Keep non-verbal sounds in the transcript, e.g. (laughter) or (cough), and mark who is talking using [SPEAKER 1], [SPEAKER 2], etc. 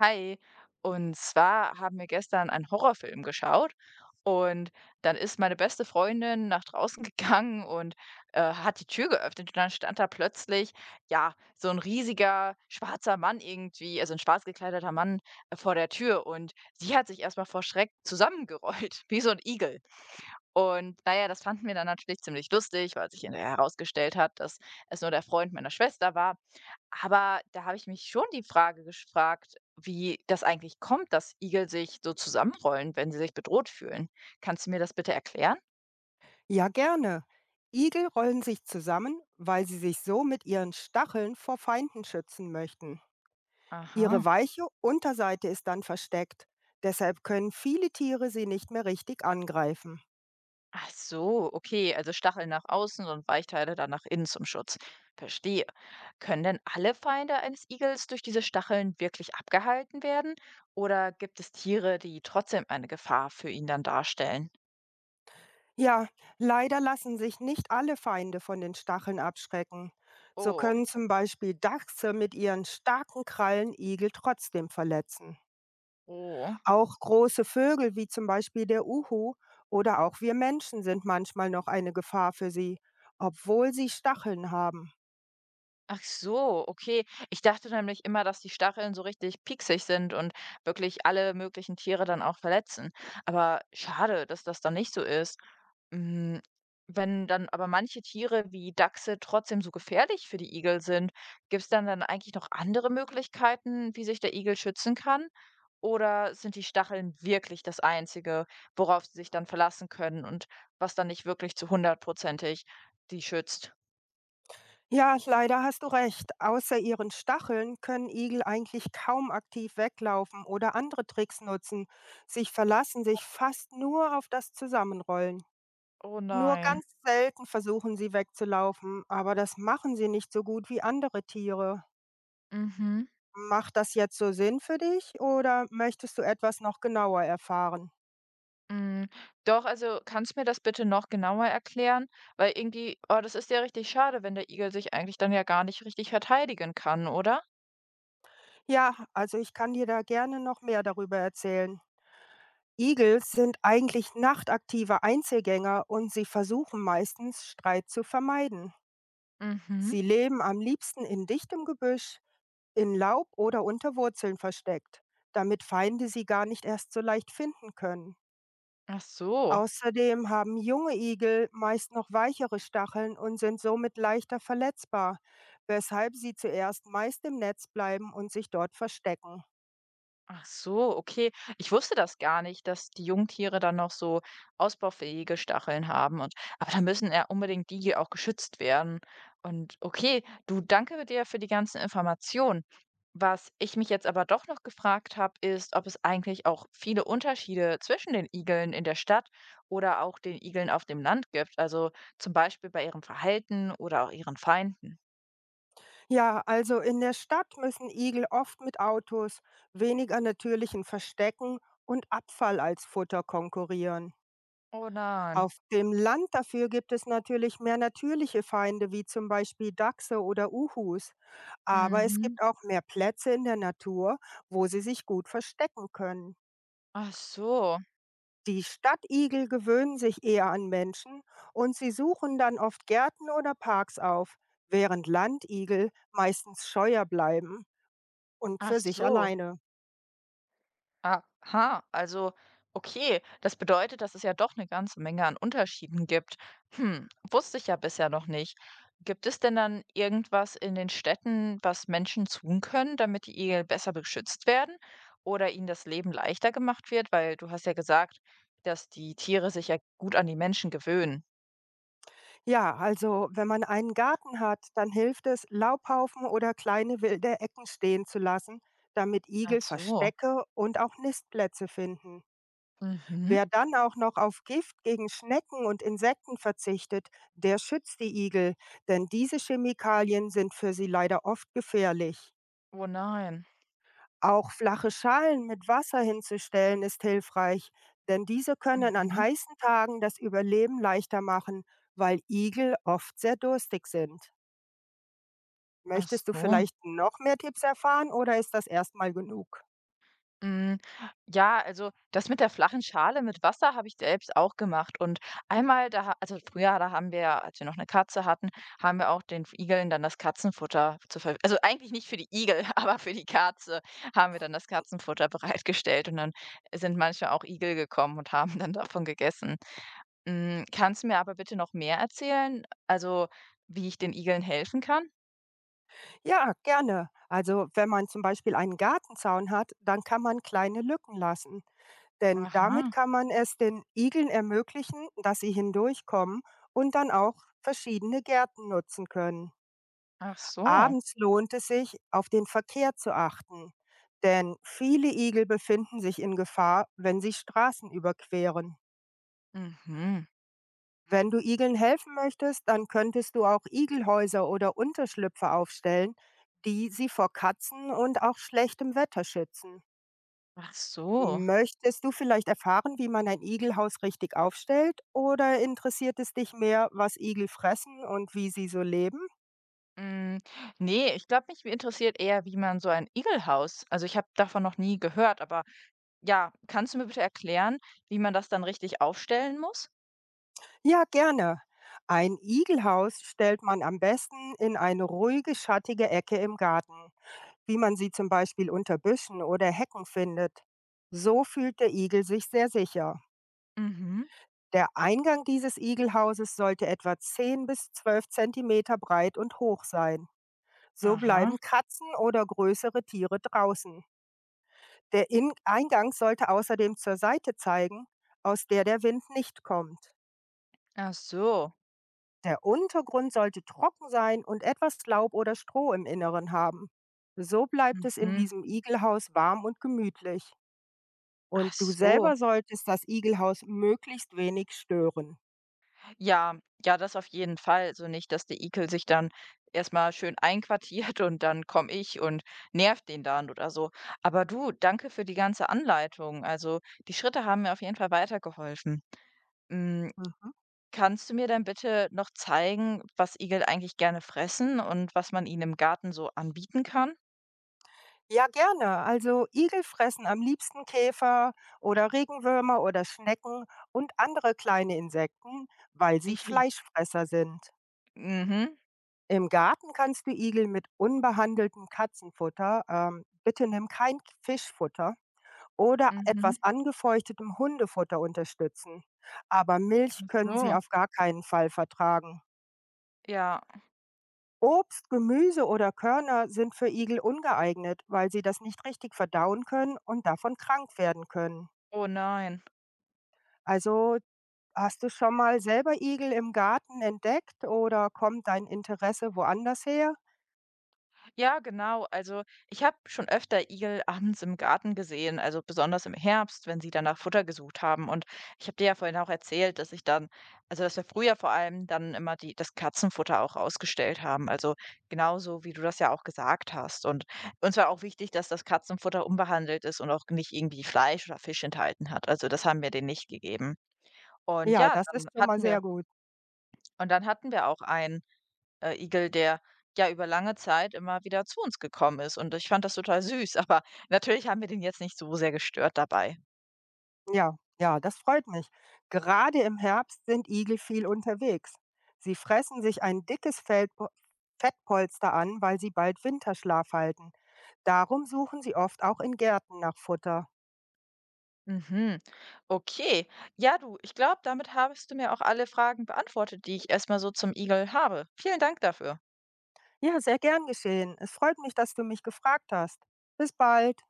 [SPEAKER 1] Hi, und zwar haben wir gestern einen Horrorfilm geschaut und dann ist meine beste Freundin nach draußen (laughs) gegangen und hat die Tür geöffnet und dann stand da plötzlich, ja, so ein riesiger schwarzer Mann irgendwie, also ein schwarz gekleideter Mann vor der Tür und sie hat sich erstmal vor Schreck zusammengerollt, (laughs) wie so ein Igel. Und naja, das fanden wir dann natürlich ziemlich lustig, weil sich hinterher herausgestellt hat, dass es nur der Freund meiner Schwester war. Aber da habe ich mich schon die Frage gefragt, wie das eigentlich kommt, dass Igel sich so zusammenrollen, wenn sie sich bedroht fühlen. Kannst du mir das bitte erklären?
[SPEAKER 2] Ja, gerne. Igel rollen sich zusammen, weil sie sich so mit ihren Stacheln vor Feinden schützen möchten. Ihre
[SPEAKER 1] Aha.
[SPEAKER 2] weiche Unterseite ist dann versteckt. Deshalb können viele Tiere sie nicht mehr richtig angreifen.
[SPEAKER 1] Ach so, okay, also Stacheln nach außen und Weichteile dann nach innen zum Schutz. Verstehe. Können denn alle Feinde eines Igels durch diese Stacheln wirklich abgehalten werden? Oder gibt es Tiere, die trotzdem eine Gefahr für ihn dann darstellen?
[SPEAKER 2] Ja, leider lassen sich nicht alle Feinde von den Stacheln abschrecken. So
[SPEAKER 1] Oh,
[SPEAKER 2] können zum Beispiel Dachse mit ihren starken Krallen Igel trotzdem verletzen.
[SPEAKER 1] oh.
[SPEAKER 2] Auch große Vögel wie zum Beispiel der Uhu oder auch wir Menschen sind manchmal noch eine Gefahr für sie, obwohl sie Stacheln haben.
[SPEAKER 1] Ach so, okay. Ich dachte nämlich immer, dass die Stacheln so richtig pieksig sind und wirklich alle möglichen Tiere dann auch verletzen. Aber schade, dass das dann nicht so ist. Mm, wenn dann aber manche Tiere wie Dachse trotzdem so gefährlich für die Igel sind, gibt es dann eigentlich noch andere Möglichkeiten, wie sich der Igel schützen kann? Oder sind die Stacheln wirklich das Einzige, worauf sie sich dann verlassen können und was dann nicht wirklich zu hundertprozentig die schützt?
[SPEAKER 2] Ja, leider hast du recht. Außer ihren Stacheln können Igel eigentlich kaum aktiv weglaufen oder andere Tricks nutzen. Sie verlassen sich fast nur auf das Zusammenrollen.
[SPEAKER 1] Oh
[SPEAKER 2] Nur
[SPEAKER 1] nein.
[SPEAKER 2] ganz selten versuchen sie wegzulaufen, aber das machen sie nicht so gut wie andere Tiere.
[SPEAKER 1] Mhm.
[SPEAKER 2] Macht das jetzt so Sinn für dich oder möchtest du etwas noch genauer erfahren?
[SPEAKER 1] Hm. Doch, also kannst du mir das bitte noch genauer erklären? Weil irgendwie, oh, das ist ja richtig schade, wenn der Igel sich eigentlich dann ja gar nicht richtig verteidigen kann, oder?
[SPEAKER 2] Ja, also ich kann dir da gerne noch mehr darüber erzählen. Igel sind eigentlich nachtaktive Einzelgänger und sie versuchen meistens Streit zu vermeiden.
[SPEAKER 1] Mhm.
[SPEAKER 2] Sie leben am liebsten in dichtem Gebüsch, in Laub oder unter Wurzeln versteckt, damit Feinde sie gar nicht erst so leicht finden können.
[SPEAKER 1] Ach so.
[SPEAKER 2] Außerdem haben junge Igel meist noch weichere Stacheln und sind somit leichter verletzbar, weshalb sie zuerst meist im Netz bleiben und sich dort verstecken.
[SPEAKER 1] Ach so, okay. Ich wusste das gar nicht, dass die Jungtiere dann noch so ausbaufähige Stacheln haben und aber da müssen ja unbedingt die auch geschützt werden. Und okay, du, danke dir für die ganzen Informationen. Was ich mich jetzt aber doch noch gefragt habe, ist, ob es eigentlich auch viele Unterschiede zwischen den Igeln in der Stadt oder auch den Igeln auf dem Land gibt. Also zum Beispiel bei ihrem Verhalten oder auch ihren Feinden.
[SPEAKER 2] Ja, also in der Stadt müssen Igel oft mit Autos, weniger natürlichen Verstecken und Abfall als Futter konkurrieren.
[SPEAKER 1] Oh nein.
[SPEAKER 2] Auf dem Land dafür gibt es natürlich mehr natürliche Feinde wie zum Beispiel Dachse oder Uhus. Aber es
[SPEAKER 1] Mhm.
[SPEAKER 2] gibt auch mehr Plätze in der Natur, wo sie sich gut verstecken können.
[SPEAKER 1] Ach so.
[SPEAKER 2] Die Stadtigel gewöhnen sich eher an Menschen und sie suchen dann oft Gärten oder Parks auf, während Landigel meistens scheuer bleiben. Und
[SPEAKER 1] Ach
[SPEAKER 2] für sich
[SPEAKER 1] so.
[SPEAKER 2] alleine.
[SPEAKER 1] Aha, also okay, das bedeutet, dass es ja doch eine ganze Menge an Unterschieden gibt. Hm, wusste ich ja bisher noch nicht. Gibt es denn dann irgendwas in den Städten, was Menschen tun können, damit die Igel besser beschützt werden oder ihnen das Leben leichter gemacht wird? Weil du hast ja gesagt, dass die Tiere sich ja gut an die Menschen gewöhnen.
[SPEAKER 2] Ja, also wenn man einen Garten hat, dann hilft es, Laubhaufen oder kleine wilde Ecken stehen zu lassen, damit
[SPEAKER 1] Ach
[SPEAKER 2] Igel
[SPEAKER 1] so.
[SPEAKER 2] Verstecke und auch Nistplätze finden.
[SPEAKER 1] Mhm.
[SPEAKER 2] Wer dann auch noch auf Gift gegen Schnecken und Insekten verzichtet, der schützt die Igel, denn diese Chemikalien sind für sie leider oft gefährlich.
[SPEAKER 1] Oh nein.
[SPEAKER 2] Auch flache Schalen mit Wasser hinzustellen ist hilfreich, denn diese können an
[SPEAKER 1] Mhm.
[SPEAKER 2] heißen Tagen das Überleben leichter machen, weil Igel oft sehr durstig sind.
[SPEAKER 1] Ach
[SPEAKER 2] Möchtest du
[SPEAKER 1] so.
[SPEAKER 2] vielleicht noch mehr Tipps erfahren oder ist das erstmal genug?
[SPEAKER 1] Hm, ja, also das mit der flachen Schale mit Wasser habe ich selbst auch gemacht und einmal da ha also früher, da haben wir ja, als wir noch eine Katze hatten, haben wir auch den Igeln dann das Katzenfutter zur Ver also eigentlich nicht für die Igel, (laughs) aber für die Katze haben wir dann das Katzenfutter bereitgestellt und dann sind manchmal auch Igel gekommen und haben dann davon gegessen. Hm, kannst du mir aber bitte noch mehr erzählen, also wie ich den Igeln helfen kann?
[SPEAKER 2] Ja, gerne. Also wenn man zum Beispiel einen Gartenzaun hat, dann kann man kleine Lücken lassen. Denn damit
[SPEAKER 1] Aha,
[SPEAKER 2] kann man es den Igeln ermöglichen, dass sie hindurchkommen und dann auch verschiedene Gärten nutzen können.
[SPEAKER 1] ach so.
[SPEAKER 2] Abends lohnt es sich, auf den Verkehr zu achten, denn viele Igel befinden sich in Gefahr, wenn sie Straßen überqueren.
[SPEAKER 1] Mhm,
[SPEAKER 2] Wenn du Igeln helfen möchtest, dann könntest du auch Igelhäuser oder Unterschlüpfe aufstellen, die sie vor Katzen und auch schlechtem Wetter schützen.
[SPEAKER 1] ach so.
[SPEAKER 2] Möchtest du vielleicht erfahren, wie man ein Igelhaus richtig aufstellt oder interessiert es dich mehr, was Igel fressen und wie sie so leben?
[SPEAKER 1] Hm, ne, ich glaube, mich interessiert eher, wie man so ein Igelhaus, also, ich habe davon noch nie gehört, aber ja, kannst du mir bitte erklären, wie man das dann richtig aufstellen muss?
[SPEAKER 2] Ja, gerne. Ein Igelhaus stellt man am besten in eine ruhige, schattige Ecke im Garten, wie man sie zum Beispiel unter Büschen oder Hecken findet. So fühlt der Igel sich sehr sicher.
[SPEAKER 1] Mhm.
[SPEAKER 2] Der Eingang dieses Igelhauses sollte etwa 10 bis 12 Zentimeter breit und hoch sein. So
[SPEAKER 1] Aha.
[SPEAKER 2] bleiben Katzen oder größere Tiere draußen. Der In Eingang sollte außerdem zur Seite zeigen, aus der der Wind nicht kommt.
[SPEAKER 1] Ach so.
[SPEAKER 2] Der Untergrund sollte trocken sein und etwas Laub oder Stroh im Inneren haben. So bleibt es in
[SPEAKER 1] Mhm.
[SPEAKER 2] diesem Igelhaus warm und gemütlich.
[SPEAKER 1] Ach
[SPEAKER 2] Und du
[SPEAKER 1] so.
[SPEAKER 2] selber solltest das Igelhaus möglichst wenig stören.
[SPEAKER 1] Ja, ja, das auf jeden Fall. So nicht, dass der Igel sich dann erst mal schön einquartiert und dann komme ich und nervt den dann oder so. Aber du, danke für die ganze Anleitung. Also, die Schritte haben mir auf jeden Fall weitergeholfen. Hm.
[SPEAKER 2] Mhm.
[SPEAKER 1] Kannst du mir dann bitte noch zeigen, was Igel eigentlich gerne fressen und was man ihnen im Garten so anbieten kann?
[SPEAKER 2] Ja, gerne. Also Igel fressen am liebsten Käfer oder Regenwürmer oder Schnecken und andere kleine Insekten, weil sie
[SPEAKER 1] Ihi.
[SPEAKER 2] Fleischfresser sind.
[SPEAKER 1] Mhm,
[SPEAKER 2] Im Garten kannst du Igel mit unbehandeltem Katzenfutter, bitte nimm kein Fischfutter oder
[SPEAKER 1] mhm.
[SPEAKER 2] etwas angefeuchtetem Hundefutter unterstützen. Aber Milch
[SPEAKER 1] Ach
[SPEAKER 2] können sie
[SPEAKER 1] so,
[SPEAKER 2] auf gar keinen Fall vertragen.
[SPEAKER 1] ja.
[SPEAKER 2] Obst, Gemüse oder Körner sind für Igel ungeeignet, weil sie das nicht richtig verdauen können und davon krank werden können.
[SPEAKER 1] Oh nein.
[SPEAKER 2] Also hast du schon mal selber Igel im Garten entdeckt oder kommt dein Interesse woanders her?
[SPEAKER 1] Ja, genau. Also ich habe schon öfter Igel (laughs) abends im Garten gesehen, also besonders im Herbst, wenn sie dann nach Futter gesucht haben. Und ich habe dir ja vorhin auch erzählt, dass ich dann, also dass wir früher vor allem dann immer die, das Katzenfutter auch ausgestellt haben. Also genauso, wie du das ja auch gesagt hast. Und uns war auch wichtig, dass das Katzenfutter unbehandelt ist und auch nicht irgendwie Fleisch oder Fisch enthalten hat. Also das haben wir denen nicht gegeben. Und
[SPEAKER 2] Ja,
[SPEAKER 1] ja,
[SPEAKER 2] das
[SPEAKER 1] dann
[SPEAKER 2] ist schon mal
[SPEAKER 1] hatten wir
[SPEAKER 2] sehr gut.
[SPEAKER 1] auch einen, Igel, der, ja, über lange Zeit immer wieder zu uns gekommen ist und ich fand das total süß, (laughs) aber natürlich haben wir den jetzt nicht so sehr gestört dabei.
[SPEAKER 2] Ja, ja, das freut mich. Gerade im Herbst sind Igel viel unterwegs. Sie fressen sich ein dickes Fettpolster an, weil sie bald Winterschlaf halten. Darum suchen sie oft auch in Gärten nach Futter.
[SPEAKER 1] Mhm. Okay. Ja, du, ich glaube, damit hast du mir auch alle Fragen beantwortet, die ich erst mal so zum Igel habe. Vielen Dank dafür.
[SPEAKER 2] Ja, sehr gern geschehen. Es freut mich, dass du mich gefragt hast. Bis bald.